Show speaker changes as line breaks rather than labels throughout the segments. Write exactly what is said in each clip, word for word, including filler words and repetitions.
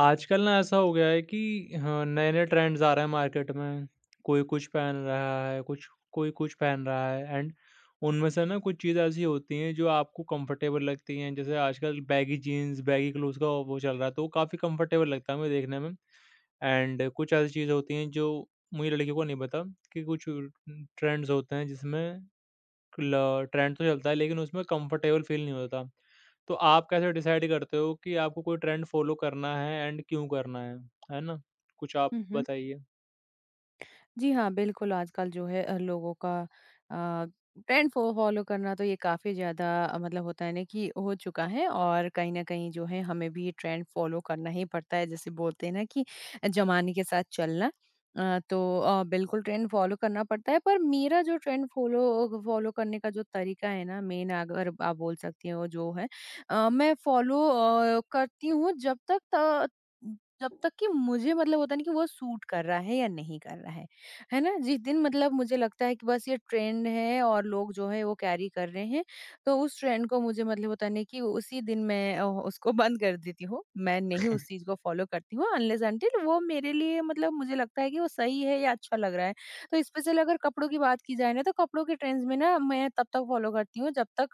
आजकल ना ऐसा हो गया है कि हाँ, नए-नए ट्रेंड्स आ रहे हैं मार्केट में। कोई कुछ पहन रहा है, कुछ कोई कुछ पहन रहा है एंड उनमें से ना कुछ चीज़ें ऐसी होती हैं जो आपको कंफर्टेबल लगती हैं। जैसे आजकल बैगी जीन्स, बैगी क्लोथ्स का वो चल रहा है तो वो काफ़ी कंफर्टेबल लगता है मुझे देखने में। एंड कुछ ऐसी चीज़ें होती हैं जो मुझे लड़कियों को नहीं पता कि कुछ ट्रेंड्स होते हैं जिसमें ल ट्रेंड तो चलता है लेकिन उसमें कंफर्टेबल फील नहीं होता। तो आप कैसे डिसाइड करते हो कि आपको कोई ट्रेंड फ़ॉलो करना है एंड क्यों करना है? है ना? कुछ
Hı
आप
hı.
बताइए?
जी हाँ, बिल्कुल आजकल जो है अ, लोगों का अ, ट्रेंड फॉ फॉलो करना तो ये काफ़ी ज़्यादा अ, मतलब होता है ना कि हो चुका है और कहीं न कहीं जो है हमें भी ट्रेंड फॉलो करना ही पड़ता है। जैसे बोलते हैं ना कि ज़माने के साथ चलना। अ, तो अ, बिल्कुल ट्रेंड फॉलो करना पड़ता है पर मेरा जो ट्रेंड फॉलो फॉलो करने का जो तरीका है ना मेन अगर आप बोल सकती हो जो है अ, मैं फॉलो अ, करती हूँ जब तक त जब तक कि मुझे मतलब होता है ना कि वो सूट कर रहा है या नहीं कर रहा है। है ना? जिस दिन मतलब मुझे लगता है कि बस ये ट्रेंड है और लोग जो है वो कैरी कर रहे हैं, तो उस ट्रेंड को मुझे मतलब होता नहीं कि उसी दिन मैं अ, उसको बंद कर देती हूँ। मैं नहीं उस चीज़ को फ़ॉलो करती हूँ अनलेस अंटिल वो मेरे लिए मतलब मुझे लगता है कि वो सही है या अच्छा लग रहा है। तो स्पेशली अगर कपड़ों की बात की जाए ना, तो कपड़ों के ट्रेंड्स में ना मैं तब तक फ़ॉलो करती हूँ जब तक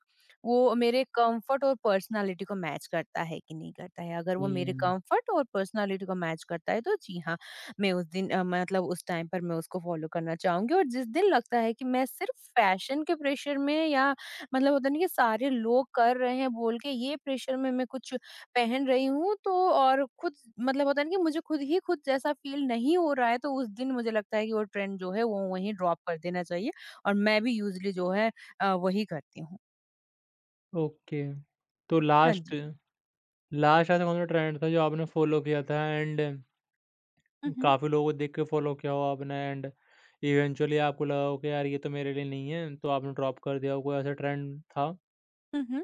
वो मेरे कम्फ़र्ट और पर्सनैलिटी को मैच करता है कि नहीं करता है। अगर वो मेरे
हुँ।
कम्फ़र्ट और पर्सनैलिटी को मैच करता है तो जी हाँ। मैं उस दिन अ, मतलब उस टाइम पर मैं उसको फॉलो करना चाहूंगी और जिस दिन लगता है कि मैं सिर्फ फैशन के प्रेशर में या मतलब होता नहीं कि सारे लोग कर रहे हैं बोल के ये प्रेशर में मैं कुछ पहन रही हूँ तो और खुद मतलब होता है ना कि मुझे खुद ही खुद जैसा फील नहीं हो रहा है तो उस दिन मुझे लगता है कि वो ट्रेंड जो है वो वहीं ड्रॉप कर देना चाहिए और मैं भी यूजली जो है अ, वही करती हूँ।
ओके। तो
हाँ जी।
लास्ट लास्ट ऐसा कौन-सा ट्रेंड था जो आपने फ़ॉलो किया था एंड
हम्म।
काफ़ी लोगों को देख के फ़ॉलो किया हो आपने एंड इवेंचुअली आपको लगा हो कि यार ये तो मेरे लिए नहीं है, तो आपने ड्रॉप कर दिया हो? कोई ऐसा ट्रेंड था?
हम्म।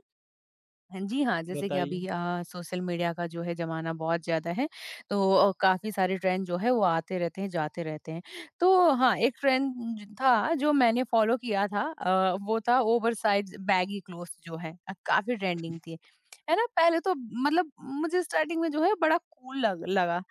हाँ जी, हाँ, जैसे कि
बताइए?
अभी अ, सोशल मीडिया का जो है ज़माना बहुत ज़्यादा है, तो अ, काफ़ी सारे ट्रेंड जो है वो आते रहते हैं, जाते रहते हैं। तो हाँ, एक ट्रेंड ज था जो मैंने फ़ॉलो किया था अ, वो था ओवरसाइज़ बैगी क्लोथ्स जो है अ, काफ़ी ट्रेंडिंग थी। है ना? पहले तो मतलब मुझे स्टार्टिंग में जो है बड़ा कूल लग लगा।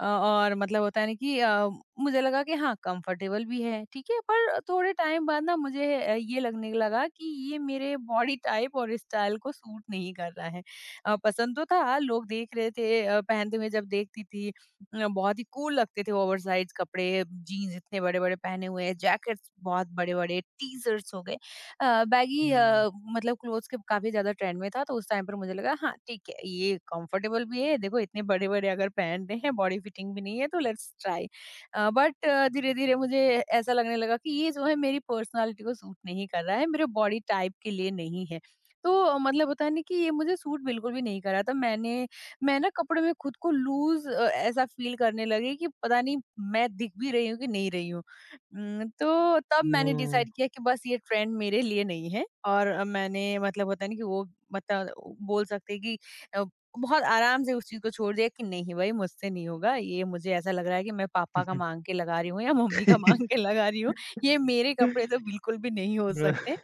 अ, और मतलब होता है ना कि अ, मुझे लगा कि हाँ कंफर्टेबल भी है ठीक है पर थोड़े टाइम बाद ना मुझे अ, ये लगने लगा कि ये मेरे बॉडी टाइप और स्टाइल को सूट नहीं कर रहा है। अ, पसंद तो था, लोग देख रहे थे अ, पहनते हुए, जब देखती थी अ, बहुत ही कूल लगते थे ओवर साइज कपड़े, जीन्स इतने बड़े बड़े पहने हुए, जैकेट्स बहुत बड़े बड़े, टी शर्ट्स हो गए, अ, बैगी
हुँ, हुँ।
अ, मतलब क्लोथ्स के काफ़ी ज़्यादा ट्रेंड में था, तो उस टाइम पर मुझे लगा हाँ, ठीक है, ये कंफर्टेबल भी है, देखो इतने बड़े-बड़े अगर पहन रहे हैं, बॉडी फिटिंग भी नहीं है, तो लेट्स ट्राई। अ, बट धीरे-धीरे मुझे ऐसा लगने लगा कि ये जो है मेरी पर्सनैलिटी को सूट नहीं कर रहा है, मेरे बॉडी टाइप के लिए नहीं है। तो अ, मतलब होता है ना कि ये मुझे सूट बिल्कुल भी नहीं कर रहा था। मैंने मैं ना कपड़े में खुद को लूज़ अ, ऐसा फ़ील करने लगी कि पता नहीं मैं दिख भी रही हूँ कि नहीं रही हूँ। हुँ, तो तब मैंने डिसाइड किया कि बस ये ट्रेंड मेरे लिए नहीं है और अ, मैंने मतलब होता है ना कि वो मतलब वो बोल सकते हैं कि अ, बहुत आराम से उस चीज़ को छोड़ दिया कि नहीं भाई मुझसे नहीं होगा, ये मुझे ऐसा लग रहा है कि मैं पापा का माँग के लगा रही हूँ या मम्मी का माँग के लगा रही हूँ, ये मेरे
हुँ,
कपड़े तो बिल्कुल भी नहीं हो सकते।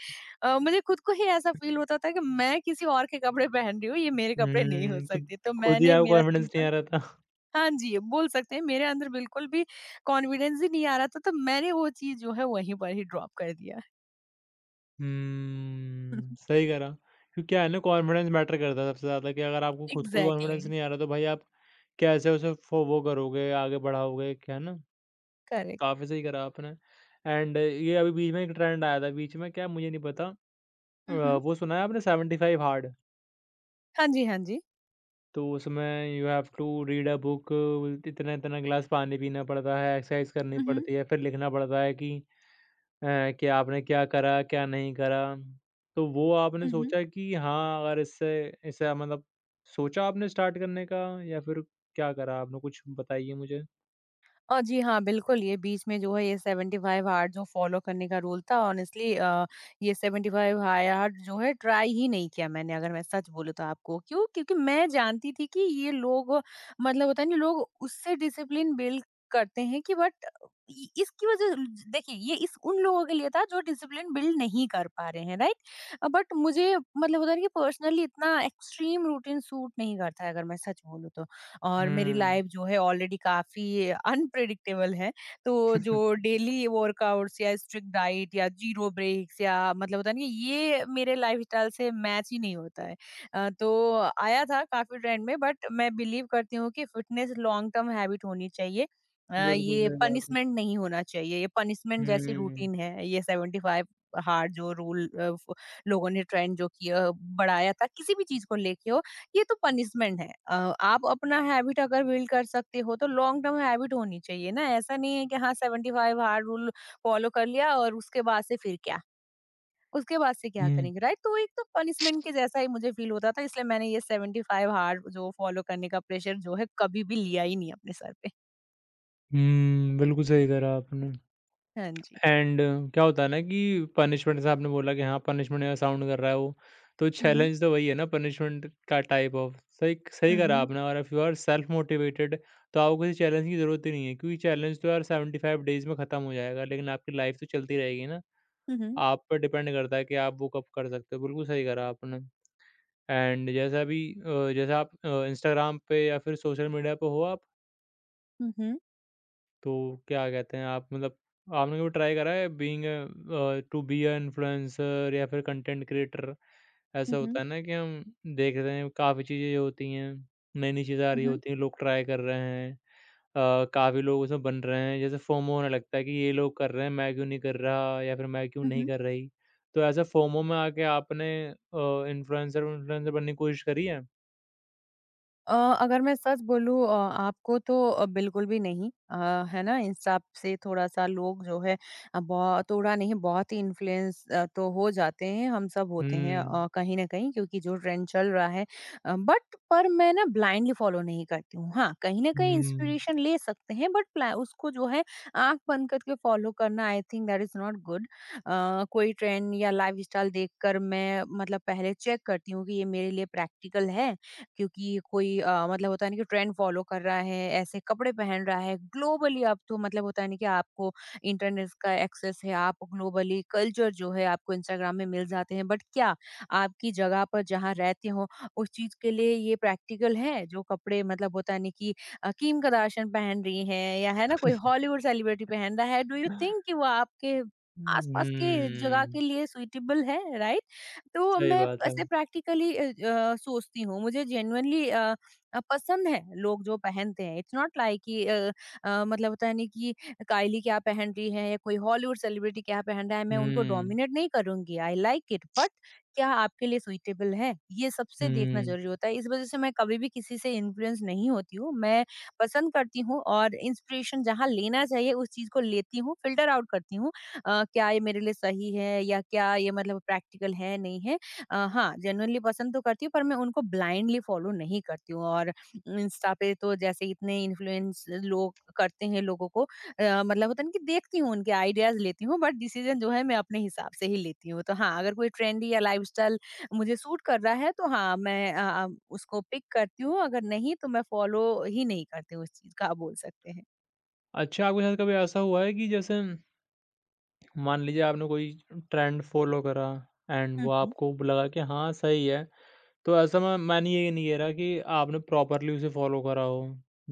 अ, मुझे खुद को ही ऐसा फ़ील होता था कि मैं किसी और के कपड़े पहन रही हूँ, ये मेरे कपड़े नहीं हो
तो
सकते, तो
खुद ही
मैंने
आपको
मेरा
कॉन्फिडेंस नहीं
सिंपल
आ रहा था?
हाँ जी, बोल सकते हैं मेरे अंदर बिल्कुल भी कॉन्फिडेंस ही नहीं आ रहा था, तो मैंने वो चीज़ जो है वहीं पर ही ड्रॉप कर दिया।
हम्म, सही करा क्योंकि क्या है ना कॉन्फिडेंस मैटर करता है सबसे ज़्यादा कि अगर आपको खुद को ही
एग्ज़ैक्टली,
कॉन्फिडेंस नहीं आ रहा तो भाई आप कैसे उसे फो वो करोगे, आगे बढ़ाओगे क्या है ना?
करेक्ट।
काफ़ी सही करा आपने एंड ये अभी बीच में एक ट्रेंड आया था, बीच में क्या मुझे नहीं पता।
हुँ,
अ,
हुँ।
वो सुना है आपने सेवन्टी फ़ाइव हार्ड।
हाँ जी, हाँ जी।
तो उसमें you have to read a book, इतना-इतना ग्लास पानी पीना पड़ता है, एक्सरसाइज करनी
हुँ, हुँ।
पड़ती है, फिर लिखना पड़ता है कि हैं, कि आपने क्या करा, क्या नहीं करा? तो वो आपने
हुँ, हुँ।
सोचा कि हाँ, अगर इससे ऐसा मतलब सोचा आपने स्टार्ट करने का या फिर क्या करा आपने? कुछ बताइए मुझे?
अ, जी हाँ, बिल्कुल, ये बीच में जो है ये सेवेंटी फाइव हार्ड जो फ़ॉलो करने का रूल था ऑनेस्टली अ, ये सेवेंटी फाइव हाय हार्ड जो है ट्राई ही नहीं किया मैंने अगर मैं सच बोलूँ तो आपको। क्यों? क्योंकि मैं जानती थी कि ये लोग मतलब होता है ना लोग उससे डिसिप्लिन बिल्ड करते हैं कि बट इ इसकी वज़ह देखिए, ये इस उन लोगों के लिए था जो डिसिप्लिन बिल्ड नहीं कर पा रहे हैं, राइट? अ, बट मुझे मतलब होता है ना कि पर्सनली इतना एक्सट्रीम रूटीन सूट नहीं करता है अगर मैं सच बोलूँ तो। और मेरी
हुँ,
लाइफ जो है ऑलरेडी काफ़ी अनप्रेडिक्टेबल है। तो जो डेली वर्कआउट्स या स्ट्रिक्ट डाइट या ज़ीरो ब्रेक्स या मतलब होता नहीं है ना ये मेरे लाइफस्टाइल से मैच ही नहीं होता है। अ, तो आया था काफ़ी ट्रेंड में बट मैं बिलीव करती हूँ कि फिटनेस लॉन्ग टर्म हैबिट होनी चाहिए। अ,
बिल्कुल
ये
सही बात है।
पनिशमेंट नहीं होना चाहिए। ये पनिशमेंट जैसी
हुँ,
रूटीन है। ये सेवेंटी फाइव हार्ड जो रूल अ, फ लोगों ने ट्रेंड जो किया बढ़ाया था किसी भी चीज़ को लेके हो, ये तो पनिशमेंट है। अ, आप अपना हैबिट अगर बिल्ड कर सकते हो तो लॉन्ग टर्म हैबिट होनी चाहिए ना, ऐसा नहीं है कि हाँ seventy five hard rule follow कर लिया और उसके बाद से फिर क्या उसके बाद से क्या
हुँ,
करेंगे, राइट? तो एक तो पनिशमेंट के जैसा ही मुझे फील होता था, इसलिए मैंने ये सेवेंटी फाइव हार्ड जो फॉलो करने का प्रेशर जो है कभी भी लिया ही नहीं अपने सर पे।
हुँ, बिल्कुल सही करा आपने।
हाँ जी।
एंड क्या होता है ना कि पनिशमेंट जैसे आपने बोला कि हाँ पनिशमेंट का साउंड कर रहा है वो, तो
हम्म।
चैलेंज तो वही है ना पनिशमेंट का टाइप ऑफ। सही सही
हम्म।
करा
हम्म।
आपने। और if you are self motivated तो आपको किसी चैलेंज की ज़रूरत ही नहीं है क्योंकि चैलेंज तो यार सेवन्टी फ़ाइव डेज़ में ख़त्म हो जाएगा लेकिन आपकी लाइफ तो चलती रहेगी ना।
हम्म।
आप पे डिपेंड करता है कि आप वो कब कर सकते हो। बिल्कुल सही करा आपने। एंड जैसा अभी अ, जैसे आप अ, इंस्टाग्राम पे या फिर सोशल मीडिया पे हो आप?
हम्म।
तो क्या कहते हैं आप मतलब आपने कभी ट्राई करा है being to be a influencer या फिर कंटेंट क्रिएटर? ऐसा
हम्म।
होता है ना कि हम देख रहे हैं काफ़ी चीज़ें होती हैं, नई-नई चीज़ें आ रही
हम्म।
होती हैं, लोग ट्राई कर रहे हैं। अ, काफ़ी लोग उसमें बन रहे हैं, जैसे फोमो होने लगता है कि ये लोग कर रहे हैं, मैं क्यों नहीं कर रहा या फिर मैं क्यों नहीं
हम्म।
कर रही? तो ऐसा फोमो में आके आपने अ, इन्फ्लुएंसर विन्फ्लुएंसर बनने की कोशिश करी है?
अ, अगर मैं सच बोलूँ अ, आपको तो अ, बिल्कुल भी नहीं। अ, है ना? इंस्टा से थोड़ा-सा लोग जो है अ, बहु थोड़ा नहीं बहुत ही इन्फ्लुएंस अ, तो हो जाते हैं, हम सब होते हैं अ,
हुँ।
कहीं न कहीं क्योंकि जो ट्रेंड चल रहा है अ, बट पर मैं ना ब्लाइंडली फ़ॉलो नहीं करती हूँ। हाँ, कहीं न कहीं
हुँ।
इंस्पिरेशन ले सकते हैं बट प्ला उसको जो है आँख बंद करके फ़ॉलो करना I think that is not good. Uh, कोई ट्रेंड या लाइफ़स्टाइल देखकर मैं मतलब पहले चेक करती हूँ कि ये मेरे लिए प्रैक्टिकल है, क्योंकि कोई अ, मतलब होता है ना कि ट्रेंड फॉलो कर रहा है, ऐसे कपड़े पहन रहा है। ग्लोबली अब तो मतलब होता है ना कि आपको इंटरनेट का एक्सेस है, आप ग्लोबली कल्चर जो है आपको इंस्टाग्राम में मिल जाते हैं। बट क्या आपकी जगह पर जहाँ रहते हो, उस चीज़ के लिए ये प्रैक्टिकल है? जो कपड़े मतलब होता है ना कि अ, किम करदाशियन पहन रही हैं या है ना कोई हॉलीवुड सेलिब्रिटी पहन रहा है, डू यू थिंक कि वो आपके आस-पास के जगह के
हुँ,
लिए सूटेबल है, राइट? तो
सही
मैं
बात है।
ऐसे प्रैक्टिकली अ, अ, सोचती हूँ, मुझे जेन्युइनली अ, अ, पसंद है लोग जो पहनते हैं, इट्स नॉट लाइक कि अ, अ, मतलब होता है नहीं कि कायली क्या पहन रही है या कोई हॉलीवुड सेलिब्रिटी क्या पहन रहा है, मैं उनको
हुँ,
डोमिनेट नहीं करूंगी, आई लाइक इट, बट क्या आपके लिए सुइटेबल है ये सबसे देखना
हुँ।
जरूरी होता है, इस वजह से मैं कभी भी किसी से इन्फ्लुएंस नहीं होती हूँ, मैं पसंद करती हूँ और इंस्पिरेशन जहाँ लेना चाहिए उस चीज को लेती हूँ, फिल्टर आउट करती हूँ अ, क्या ये मेरे लिए सही है या क्या ये मतलब प्रैक्टिकल है, नहीं है। अ, हाँ, जेनुइनली पसंद तो करती हूँ पर मैं उनको ब्लाइंडली फॉलो नहीं करती हूँ और इंस्टा पे तो जैसे इतने इन्फ्लुएंस लोग करते हैं लोगों को अ, मतलब होता है ना कि देखती हूँ, उनके आइडियाज़ लेती हूँ बट डिसीज़न जो है मैं अपने हिसाब से ही लेती हूँ। तो हाँ, अगर कोई ट्रेंडी या लाइफ़स्टाइल मुझे सूट कर रहा है तो हाँ, मैं अ अ, उसको पिक करती हूँ, अगर नहीं तो मैं फॉलो ही नहीं करती हूँ उस चीज़ का, आप बोल सकते हैं।
अच्छा आपके साथ कभी ऐसा हुआ है कि जैसे मान लीजिए आपने कोई ट्रेंड फ़ॉलो करा एंड
हुँ,
वो
हुँ।
आपको लगा कि हाँ, सही है। तो ऐसा मैं मैंने ये नहीं कह रहा कि आपने प्रॉपरली उसे फ़ॉलो करा हो।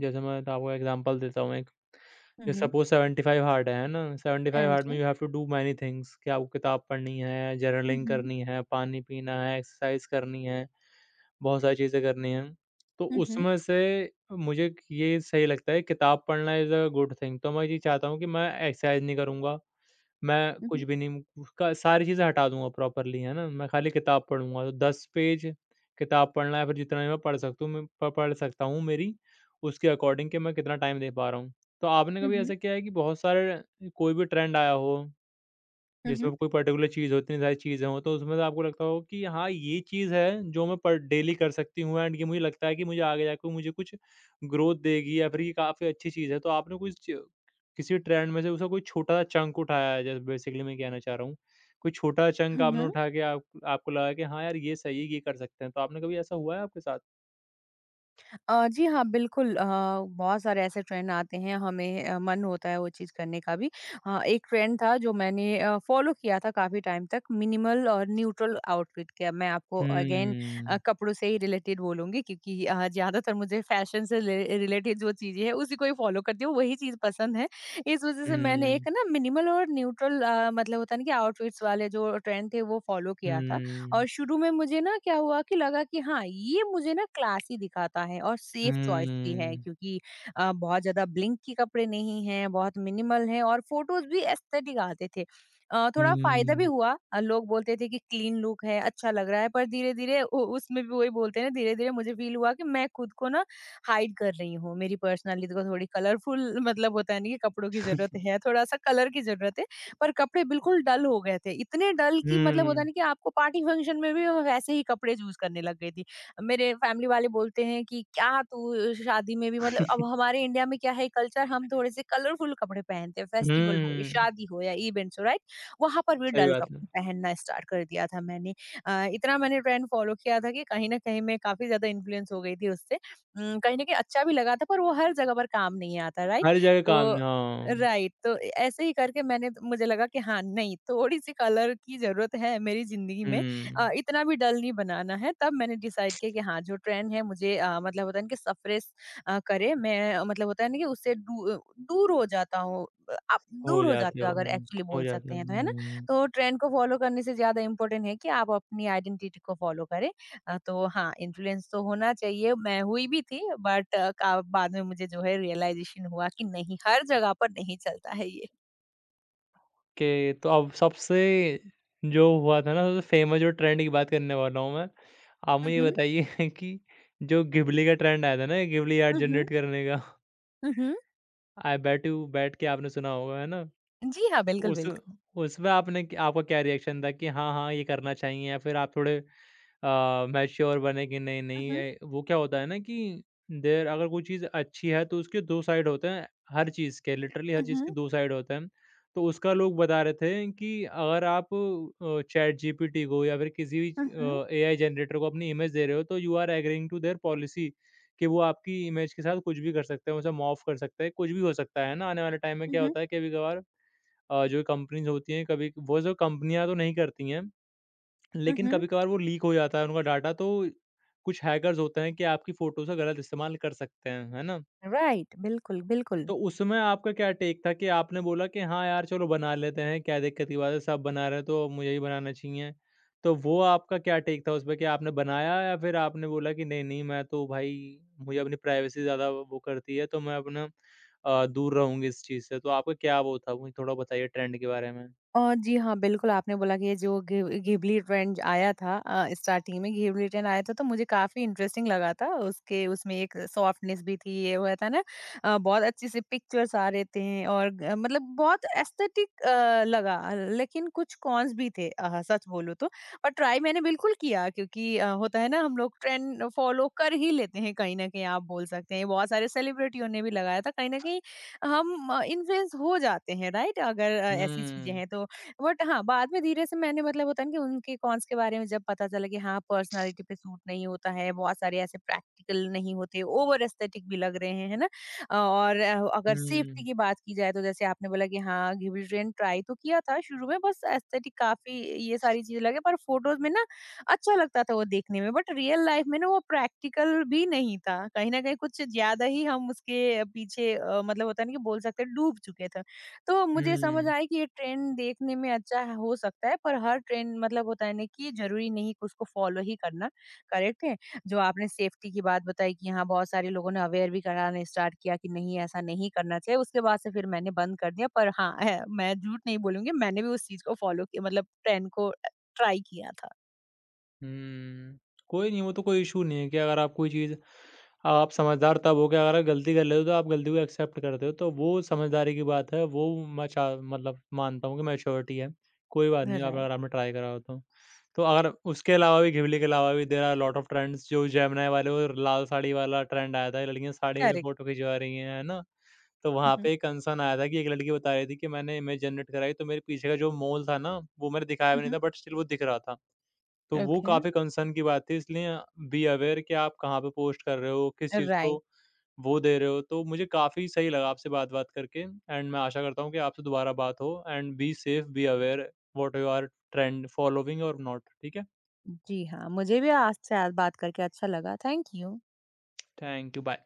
जैसे मैं तो आपको एग्ज़ाम्पल देता हूँ एक।
हुँ,
जैसे
हुँ।
सपोज़ सेवन्टी फ़ाइव हार्ड है, है ना?
हाँ
सेवन्टी फ़ाइव हार्ड में
जी।
You have to do many things कि आपको किताब पढ़नी है,
हुँ,
जर्नलिंग
हुँ।
करनी है, पानी पीना है, एक्सरसाइज़ करनी है। बहुत सारी चीज़ें करनी हैं। तो
हुँ, हुँ।
उसमें से मुझे ये सही लगता है किताब पढ़ना इज़ अ गुड थिंग तो मैं ये चाहता हूँ कि मैं एक्सरसाइज़ नहीं करूँगा, मैं
हुँ,
कुछ
हुँ।
भी नहीं उसका सारी चीज़ें हटा दूँगा प्रॉपर्ली, है ना? मैं खाली किताब पढ़ूँगा तो दस पेज किताब पढ़ना है फिर जितना भी मैं पढ़ सकता हूँ मैं प पढ़ सकता हूँ मेरी उसके अकॉर्डिंग कि मैं कितना टाइम दे पा रहा हूँ। तो आपने
हुँ,
कभी
हुँ।
ऐसा किया है कि बहुत सारे कोई भी ट्रेंड आया हो
हुँ, हुँ।
जिसमें कोई पर्टिकुलर चीज़ हो, इतनी सारी चीज़ें हो, तो उसमें से आपको लगता हो कि हाँ, ये चीज़ है जो मैं पर डेली कर सकती हूँ एंड ये मुझे लगता है कि मुझे आगे जाके मुझे कुछ ग्रोथ देगी या फिर ये काफ़ी अच्छी चीज़ है। तो आपने कुछ च- किसी ट्रेंड में से उसका कोई छोटा-सा चंक उठाया है, जैसे बेसिकली मैं कहना चाह रहा हूँ। कोई छोटा चंक
हुँ,
आपने
हुँ।
उठा के आप आपको लगा कि हाँ यार, ये सही है, ये कर सकते हैं। तो आपने कभी ऐसा हुआ है आपके साथ?
अ, जी हाँ, बिल्कुल अ, बहुत सारे ऐसे ट्रेंड आते हैं, हमें अ, मन होता है वो चीज़ करने का भी। हाँ, एक ट्रेंड था जो मैंने अ, फ़ॉलो किया था काफ़ी टाइम तक, मिनिमल और न्यूट्रल आउटफिट का। मैं आपको
हुँ।
अगेन अ,
हुँ,
कपड़ों से ही रिलेटेड बोलूँगी, क्योंकि अ, ज़्यादातर मुझे फ़ैशन से रिले रिलेटेड जो चीज़ें हैं, उसी को ही फ़ॉलो करती हूँ, वही चीज़ पसंद है। इस वज़ह से मैंने
हुँ,
एक ना मिनिमल और न्यूट्रल अ, मतलब होता है ना कि आउटफिट्स वाले जो ट्रेंड थे, वो फ़ॉलो किया था।
हुँ,
और शुरू में मुझे ना क्या हुआ कि लगा कि हाँ ये मुझे ना क्लासी दिखाता है और सेफ चॉइस भी है,
हुँ,
क्योंकि अ, बहुत ज्यादा ब्लिंक के कपड़े नहीं है बहुत मिनिमल है और फोटोज भी एस्थेटिक आते थे। अ, थोड़ा फायदा भी हुआ। अ, लोग बोलते थे कि क्लीन लुक है अच्छा लग रहा है, पर धीरे धीरे उसमें भी वही बोलते हैं ना, धीरे धीरे मुझे फील हुआ कि मैं खुद को ना हाइड कर रही हूँ। मेरी पर्सनालिटी को थोड़ी कलरफुल, मतलब होता है नहीं कि कपड़ों की जरूरत है, थोड़ा सा कलर की जरूरत है, पर कपड़े बिल्कुल डल हो गए थे। इतने डल कि मतलब होता
हुँ,
है ना कि आपको पार्टी फंक्शन में भी मैं वैसे ही कपड़े चूज़ करने लग गई थी। मेरे फैमिली वाले बोलते हैं कि क्या तू शादी में भी, मतलब अब हमारे इंडिया में क्या है कल्चर, हम थोड़े-से कलरफुल कपड़े पहनते हैं, फेस्टिवल हो या
हुँ,
शादी हो या इवेंट्स हो, राइट? वहाँ पर भी
सही
डल
बात है।
कपड़े पहनना स्टार्ट कर दिया था मैंने। अ, इतना मैंने ट्रेंड फ़ॉलो किया था कि कहीं न कहीं मैं काफ़ी ज़्यादा इन्फ्लुएंस हो गई थी उससे। उम, कहीं न कहीं अच्छा भी लगा था, पर वो हर जगह पर काम नहीं आता, राइट?
हर जगह काम
तो
न- हाँ।
राइट, तो ए- ऐसे ही करके मैंने, मुझे लगा कि हाँ नहीं, थोड़ी सी कलर की जरूरत है मेरी जिंदगी में। अ,
हुँ,
इतना भी डल नहीं बनाना है, तब मैंने डिसाइड किया कि हाँ जो ट्रेंड है मुझे, अ, मतलब होता है ना कि सफरेस करे मैं, अ, मतलब होता है ना कि उससे दू, दूर हो जाता हूँ। अ, आप
हो
दूर हो
जाते
जाते
हो
हो अगर, एक्चुअली
हो
बोल
जाते
सकते
हो।
हैं तो, है ना?
हुँ,
तो ट्रेंड को फॉलो करने से ज्यादा इम्पोर्टेंट है कि आप अपनी आइडेंटिटी को फॉलो करें। अ, तो हाँ, इन्फ्लुएंस तो होना चाहिए, मैं हुई भी थी, बट का बाद में मुझे जो है रियलाइज़ेशन हुआ कि नहीं, हर जगह पर नहीं चलता है ये।
के तो अब सबसे जो हुआ था ना सबसे फ़ेमस जो ट्रेंड की बात करने वाला हूँ मैं। आप
हुँ,
मुझे ये
हुँ।
बताइए कि जो घिबली का ट्रेंड आया था ना, घिबली आर्ट
हुँ, हुँ।
जनरेट करने का।
हुँ, हुँ।
आई बेट यू बेट के आपने सुना होगा, है ना?
जी हाँ, बिल्कुल,
उस
बिल्कुल।
उसमें आपने क आपका क्या रिएक्शन था कि हाँ, हाँ, ये करना चाहिए या फिर आप थोड़े अ, मैच्योर बने कि नहीं,
हुँ,
नहीं
हुँ।
ए, वो क्या होता है ना कि देर अगर कोई चीज़ अच्छी है तो उसके दो साइड होते हैं, हर चीज़ के लिटरली हर
हुँ,
चीज़ के
हुँ।
दो साइड होते हैं। तो उसका लोग बता रहे थे कि अगर आप अ, चैटजीपीटी को या फिर किसी भी
हुँ,
अ, एआई जनरेटर को अपनी इमेज दे रहे हो तो you are agreeing to their policy कि वो आपकी इमेज के साथ कुछ भी कर सकते हैं, उसे मॉर्फ कर सकते हैं, कुछ भी हो सकता है ना आने वाले टाइम में क्या
हुँ।
होता है कभी-कभार अ, जो कंपनीज़ होती हैं कभी वो जो कंपनियाँ तो नहीं करती हैं,
हुँ,
लेकिन
हुँ।
कभी-कभार वो लीक हो जाता है उनका डाटा तो कुछ हैकर्स होते हैं कि आपकी फ़ोटोज़ का गलत इस्तेमाल कर सकते हैं, है ना?
राइट, बिल्कुल, बिल्कुल।
तो उसमें आपका क्या टेक था कि आपने बोला कि हाँ यार चलो बना लेते हैं, क्या दिक्कत की बात है, सब बना रहे हैं तो मुझे ही बनाना चाहिए। तो वो आपका क्या टेक था उसपे कि आपने बनाया या फिर आपने बोला कि नहीं, नहीं मैं तो भाई मुझे अपनी प्राइवेसी ज़्यादा वो करती है तो मैं अपना अ, दूर रहूँगी इस चीज़ से। तो आपका क्या वो था? मुझे थोड़ा बताइए ट्रेंड के बारे में?
अ, जी हाँ, बिल्कुल, आपने बोला कि ये जो घिब घिबली ट्रेंड आया था, अ, स्टार्टिंग में घिबली ट्रेंड आया था तो मुझे काफ़ी इंटरेस्टिंग लगा था। उसके उसमें एक सॉफ्टनेस भी थी, ये हुआ था ना। अ, बहुत अच्छे से पिक्चर्स आ रहे थे और ग मतलब बहुत एस्थेटिक अ, लगा, लेकिन कुछ कॉन्स भी थे, अ, सच बोलूँ तो। पर ट्राई मैंने बिल्कुल किया, क्योंकि अ, होता है ना, हम लोग ट्रेंड फॉलो कर ही लेते हैं कहीं न कहीं, आप बोल सकते हैं। बहुत सारे सेलिब्रिटियों ने भी लगाया था, कहीं न कहीं हम इन्फ्लुएंस हो जाते हैं, राइट? अगर अ, ऐसी चीज़ें
हुँ।
हैं तो। बट हाँ, बाद में धीरे से मैंने, मतलब होता है ना कि उनके कॉन्स के बारे में जब पता चला कि हाँ, पर्सनैलिटी पे सूट नहीं होता है, बहुत सारे ऐसे प्रैक्टिकल नहीं होते, ओवर एस्थेटिक भी लग रहे हैं, है ना? अ, और अ, अगर सेफ्टी
हुँ,
की बात की जाए, तो जैसे आपने बोला कि हाँ, गिबरेलिन ट्राई तो किया था शुरू में, बस एस्थेटिक काफ़ी ये सारी चीज़ें लगे, पर फ़ोटोज़ में ना अच्छा लगता था वो देखने में, बट रियल लाइफ़ में ना वो प्रैक्टिकल भी नहीं था। कहीं न कहीं कुछ ज़्यादा ही हम उसके पीछे, अ, मतलब होता है ना कि बोल सकते हैं, डूब चुके थे। तो मुझे समझ
हुँ।
आया कि ये ट्रेंड देखने में अच्छा है हो सकता है, पर हर ट्रेंड, मतलब होता है ना कि ज़रूरी नहीं कि उसको फ़ॉलो ही करना, करेक्ट है? जो आपने सेफ्टी की बात बताई कि हाँ, बहुत सारे लोगों ने अवेयर भी कराना स्टार्ट किया कि नहीं, ऐसा नहीं करना चाहिए, उसके बाद से फिर मैंने बंद कर दिया। पर हाँ, है, मैं झूठ नहीं बोलूँगी, मैंने भी उस चीज़ को फ़ॉलो किया, मतलब ट्रेंड को अ, ट्राई किया था।
हुँ। कोई नहीं, वो तो कोई इश्यू नहीं है कि अगर आप कोई चीज़ आप समझदार तब हो के अगर आप गलती कर लेते हो, तो आप गलती को एक्सेप्ट करते हो, तो वो समझदारी की बात है। वो मैं चा मतलब मानता हूँ कि मैच्योरिटी है। कोई बात नहीं, आप
राइट,
अगर आपने ट्राई करा हो तो। तो अगर उसके अलावा भी घिबली के अलावा भी there are lot of trends जो जेमिनी वाले और लाल साड़ी वाला ट्रेंड आया था, लड़कियाँ साड़ी में
करेक्ट।
फ़ोटो खिंचवा रही हैं, है ना? तो
हुँ,
वहाँ
हुँ,
पे एक कंसर्न आया था कि एक लड़की बता रही थी कि मैंने इमेज जनरेट कराई, तो मेरे पीछे का जो मोल था ना, वो मैंने दिखाया
हुँ,
भी नहीं था
हुँ।
बट स्टिल वो दिख रहा था। तो वो
ओके,
काफ़ी कंसर्न की बात थी इसलिए बी अवेयर कि आप कहाँ पे पोस्ट कर रहे हो, किस चीज़ को
राइट।
वो दे रहे हो, तो मुझे काफ़ी सही लगा आपसे बात-बात करके एंड मैं आशा करता हूँ कि आपसे दोबारा बात हो and be safe, be aware what you are trend following और नॉट ठीक है?
जी हाँ, मुझे भी आपसे आज बात करके अच्छा लगा। Thank you.
Thank you, bye.